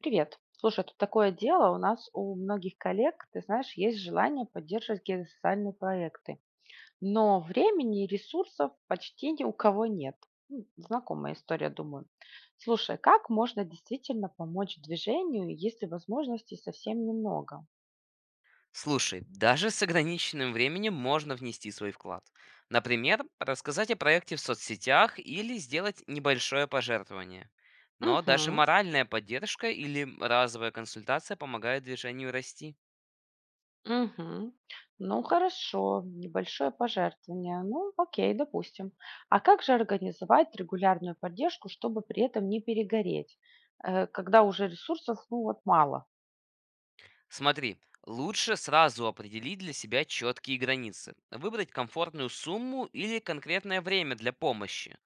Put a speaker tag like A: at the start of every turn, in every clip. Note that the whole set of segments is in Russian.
A: Привет. Слушай, тут такое дело. У нас у многих коллег, ты знаешь, есть желание поддерживать геосоциальные проекты. Но времени и ресурсов почти ни у кого нет. Знакомая история, думаю. Слушай, как можно действительно помочь движению, если возможностей совсем немного?
B: Слушай, даже с ограниченным временем можно внести свой вклад. Например, рассказать о проекте в соцсетях или сделать небольшое пожертвование. Но даже
A: Мгм.
B: моральная поддержка или разовая консультация помогает движению расти.
A: Мгм. Ну, хорошо, небольшое пожертвование. Ну, окей, допустим. А как же организовать регулярную поддержку, чтобы при этом не перегореть, когда уже ресурсов, ну, вот мало?
B: Смотри, лучше сразу определить для себя четкие границы, выбрать комфортную сумму или конкретное время для помощи.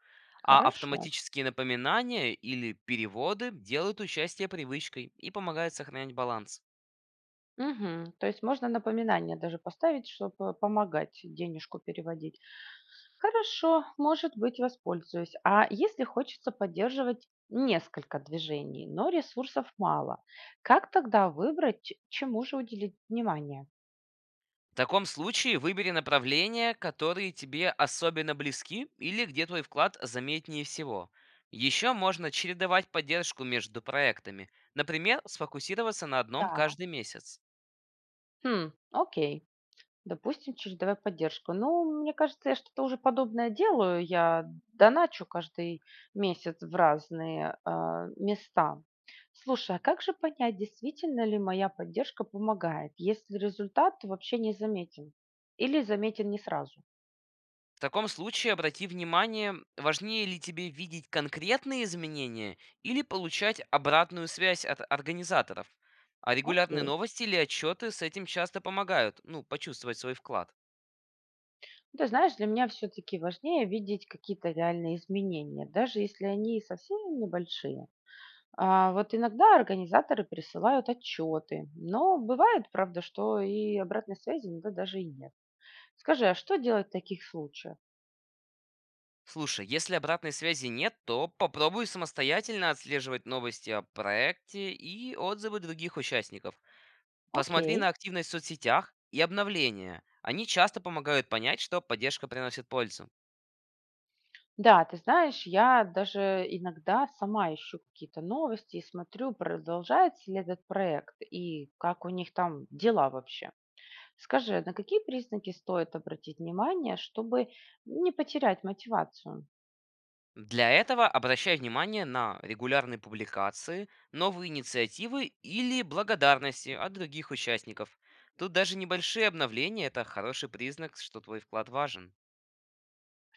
B: А
A: Хорошо.
B: автоматические напоминания или переводы делают участие привычкой и помогают сохранять баланс.
A: Мгм. То есть можно напоминание даже поставить, чтобы помогать денежку переводить. Хорошо, может быть, воспользуюсь. А если хочется поддерживать несколько движений, но ресурсов мало, как тогда выбрать, чему же уделить внимание?
B: В таком случае выбери направления, которые тебе особенно близки или где твой вклад заметнее всего. Еще можно чередовать поддержку между проектами, например, сфокусироваться на одном
A: Да.
B: каждый месяц.
A: Хм, окей. Допустим, через давай поддержку. Ну, мне кажется, я что-то уже подобное делаю. Я доначу каждый месяц в разные места. Слушай, а как же понять, действительно ли моя поддержка помогает, если результат вообще не заметен или заметен не сразу?
B: В таком случае обрати внимание, важнее ли тебе видеть конкретные изменения или получать обратную связь от организаторов. А регулярные
A: Окей.
B: новости или отчеты с этим часто помогают, ну, почувствовать свой вклад.
A: Ну, ты знаешь, для меня все-таки важнее видеть какие-то реальные изменения, даже если они совсем небольшие. А, вот иногда организаторы присылают отчеты, но бывает, правда, что и обратной связи иногда даже и нет. Скажи, а что делать в таких случаях?
B: Слушай, если обратной связи нет, то попробуй самостоятельно отслеживать новости о проекте и отзывы других участников. Посмотри на
A: Окей.
B: активность в соцсетях и обновления. Они часто помогают понять, что поддержка приносит пользу.
A: Да, ты знаешь, я даже иногда сама ищу какие-то новости и смотрю, продолжается ли этот проект и как у них там дела вообще. Скажи, а на какие признаки стоит обратить внимание, чтобы не потерять мотивацию?
B: Для этого обращай внимание на регулярные публикации, новые инициативы или благодарности от других участников. Тут даже небольшие обновления– это хороший признак, что твой вклад важен.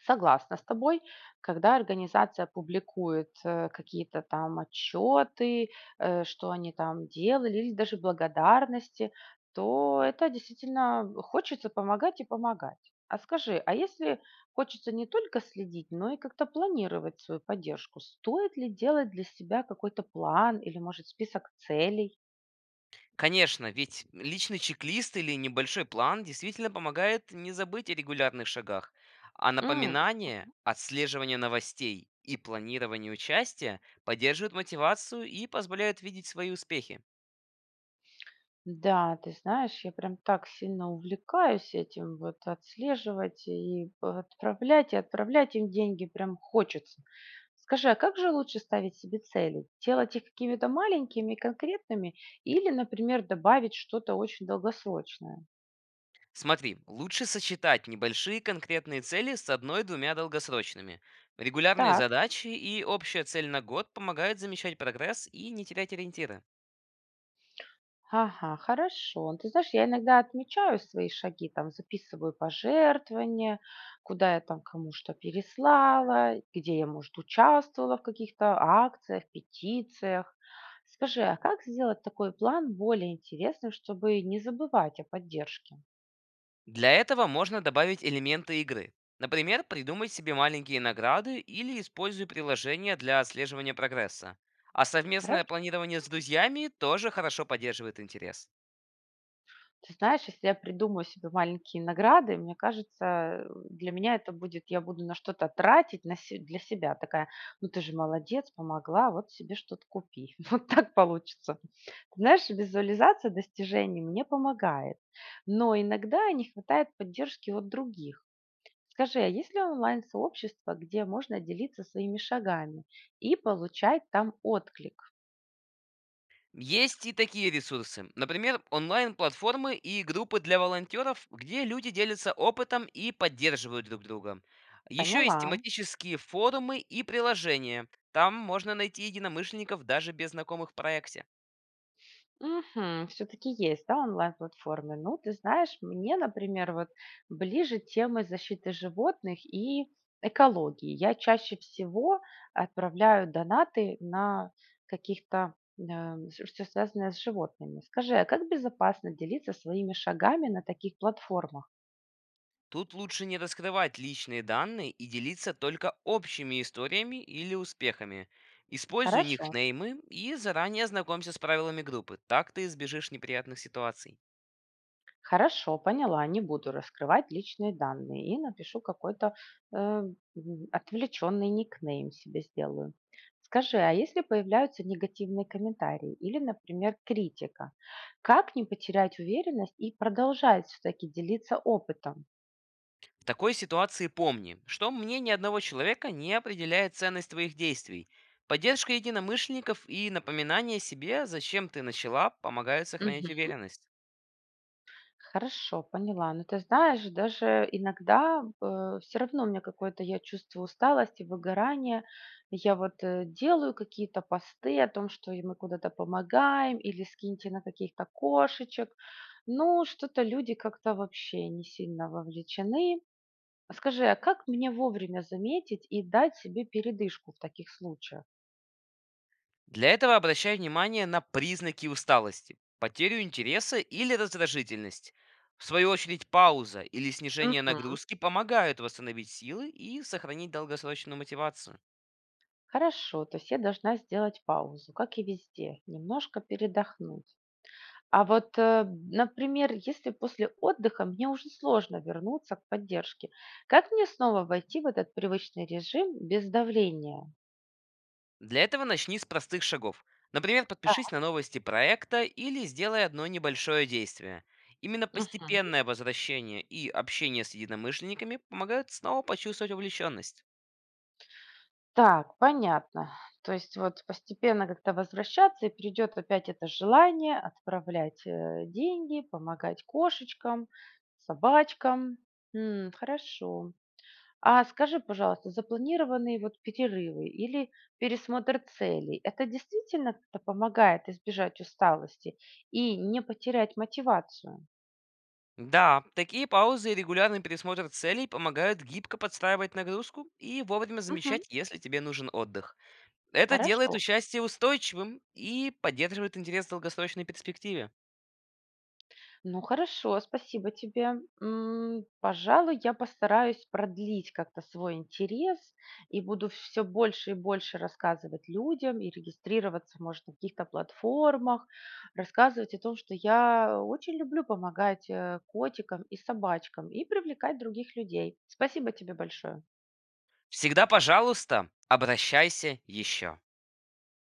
A: Согласна с тобой. Когда организация публикует какие-то там отчеты, что они там делали, или даже благодарности, то это действительно хочется помогать и помогать. А скажи, а если хочется не только следить, но и как-то планировать свою поддержку, стоит ли делать для себя какой-то план или, может, список целей?
B: Конечно, ведь личный чек-лист или небольшой план действительно помогает не забыть о регулярных шагах, а напоминание, отслеживание новостей и планирование участия поддерживают мотивацию и позволяют видеть свои успехи.
A: Да, ты знаешь, я прям так сильно увлекаюсь этим, вот отслеживать и отправлять им деньги прям хочется. Скажи, а как же лучше ставить себе цели? Делать их какими-то маленькими, и конкретными или, например, добавить что-то очень долгосрочное?
B: Смотри, лучше сочетать небольшие конкретные цели с одной-двумя долгосрочными. Регулярные
A: Так.
B: задачи и общая цель на год помогают замечать прогресс и не терять ориентиры.
A: Ага, хорошо. Ты знаешь, я иногда отмечаю свои шаги, там записываю пожертвования, куда я там кому что переслала, где я, может, участвовала в каких-то акциях, петициях. Скажи, а как сделать такой план более интересным, чтобы не забывать о поддержке?
B: Для этого можно добавить элементы игры. Например, придумай себе маленькие награды или используй приложение для отслеживания прогресса. А совместное планирование с друзьями тоже хорошо поддерживает интерес.
A: Ты знаешь, если я придумаю себе маленькие награды, мне кажется, для меня это будет, я буду на что-то тратить на для себя. Такая, ну ты же молодец, помогла, вот себе что-то купи. Вот так получится. Знаешь, визуализация достижений мне помогает, но иногда не хватает поддержки от других. Скажи, а есть ли онлайн-сообщество, где можно делиться своими шагами и получать там отклик?
B: Есть и такие ресурсы. Например, онлайн-платформы и группы для волонтеров, где люди делятся опытом и поддерживают друг друга. Еще есть
A: Поняла.
B: тематические форумы и приложения. Там можно найти единомышленников даже без знакомых в проекте.
A: Мгм. Все-таки есть, да, онлайн-платформы. Ну, ты знаешь, мне, например, вот ближе темы защиты животных и экологии. Я чаще всего отправляю донаты на каких-то э, все связанное с животными. Скажи, а как безопасно делиться своими шагами на таких платформах?
B: Тут лучше не раскрывать личные данные и делиться только общими историями или успехами. Используй
A: Хорошо.
B: никнеймы и заранее ознакомься с правилами группы. Так ты избежишь неприятных ситуаций.
A: Хорошо, поняла. Не буду раскрывать личные данные и напишу какой-то э, отвлеченный никнейм себе сделаю. Скажи, а если появляются негативные комментарии или, например, критика, как не потерять уверенность и продолжать все-таки делиться опытом?
B: В такой ситуации помни, что мнение одного человека не определяет ценность твоих действий. Поддержка единомышленников и напоминание себе, зачем ты начала, помогают сохранять уверенность.
A: Хорошо, поняла. Но ты знаешь, даже иногда все равно у меня какое-то, я чувствую усталость и выгорание. Я вот делаю какие-то посты о том, что и мы куда-то помогаем или скиньте на каких-то кошечек. Ну, что-то люди как-то вообще не сильно вовлечены. Скажи, а как мне вовремя заметить и дать себе передышку в таких случаях?
B: Для этого обращай внимание на признаки усталости, потерю интереса или раздражительность. В свою очередь, пауза или снижение
A: Мгм.
B: нагрузки помогают восстановить силы и сохранить долгосрочную мотивацию.
A: Хорошо, то есть я должна сделать паузу, как и везде, немножко передохнуть. А вот, например, если после отдыха мне уже сложно вернуться к поддержке, как мне снова войти в этот привычный режим без давления?
B: Для этого начни с простых шагов. Например,
A: Да.
B: подпишись на новости проекта или сделай одно небольшое действие. Именно
A: Мгм.
B: постепенное возвращение и общение с единомышленниками помогают снова почувствовать увлеченность.
A: Так, понятно. То есть вот постепенно как-то возвращаться, и придет опять это желание отправлять деньги, помогать кошечкам, собачкам. М, хорошо. А скажи, пожалуйста, запланированные вот перерывы или пересмотр целей, это действительно как-то помогает избежать усталости и не потерять мотивацию?
B: Да, такие паузы и регулярный пересмотр целей помогают гибко подстраивать нагрузку и вовремя
A: Мгм.
B: замечать, если тебе нужен отдых. Это делает
A: Хорошо.
B: участие устойчивым и поддерживает интерес в долгосрочной перспективе.
A: Ну хорошо, спасибо тебе. Пожалуй, я постараюсь продлить как-то свой интерес и буду все больше и больше рассказывать людям и регистрироваться, может, на каких-то платформах, рассказывать о том, что я очень люблю помогать котикам и собачкам и привлекать других людей. Спасибо тебе большое.
B: Всегда, пожалуйста, обращайся еще.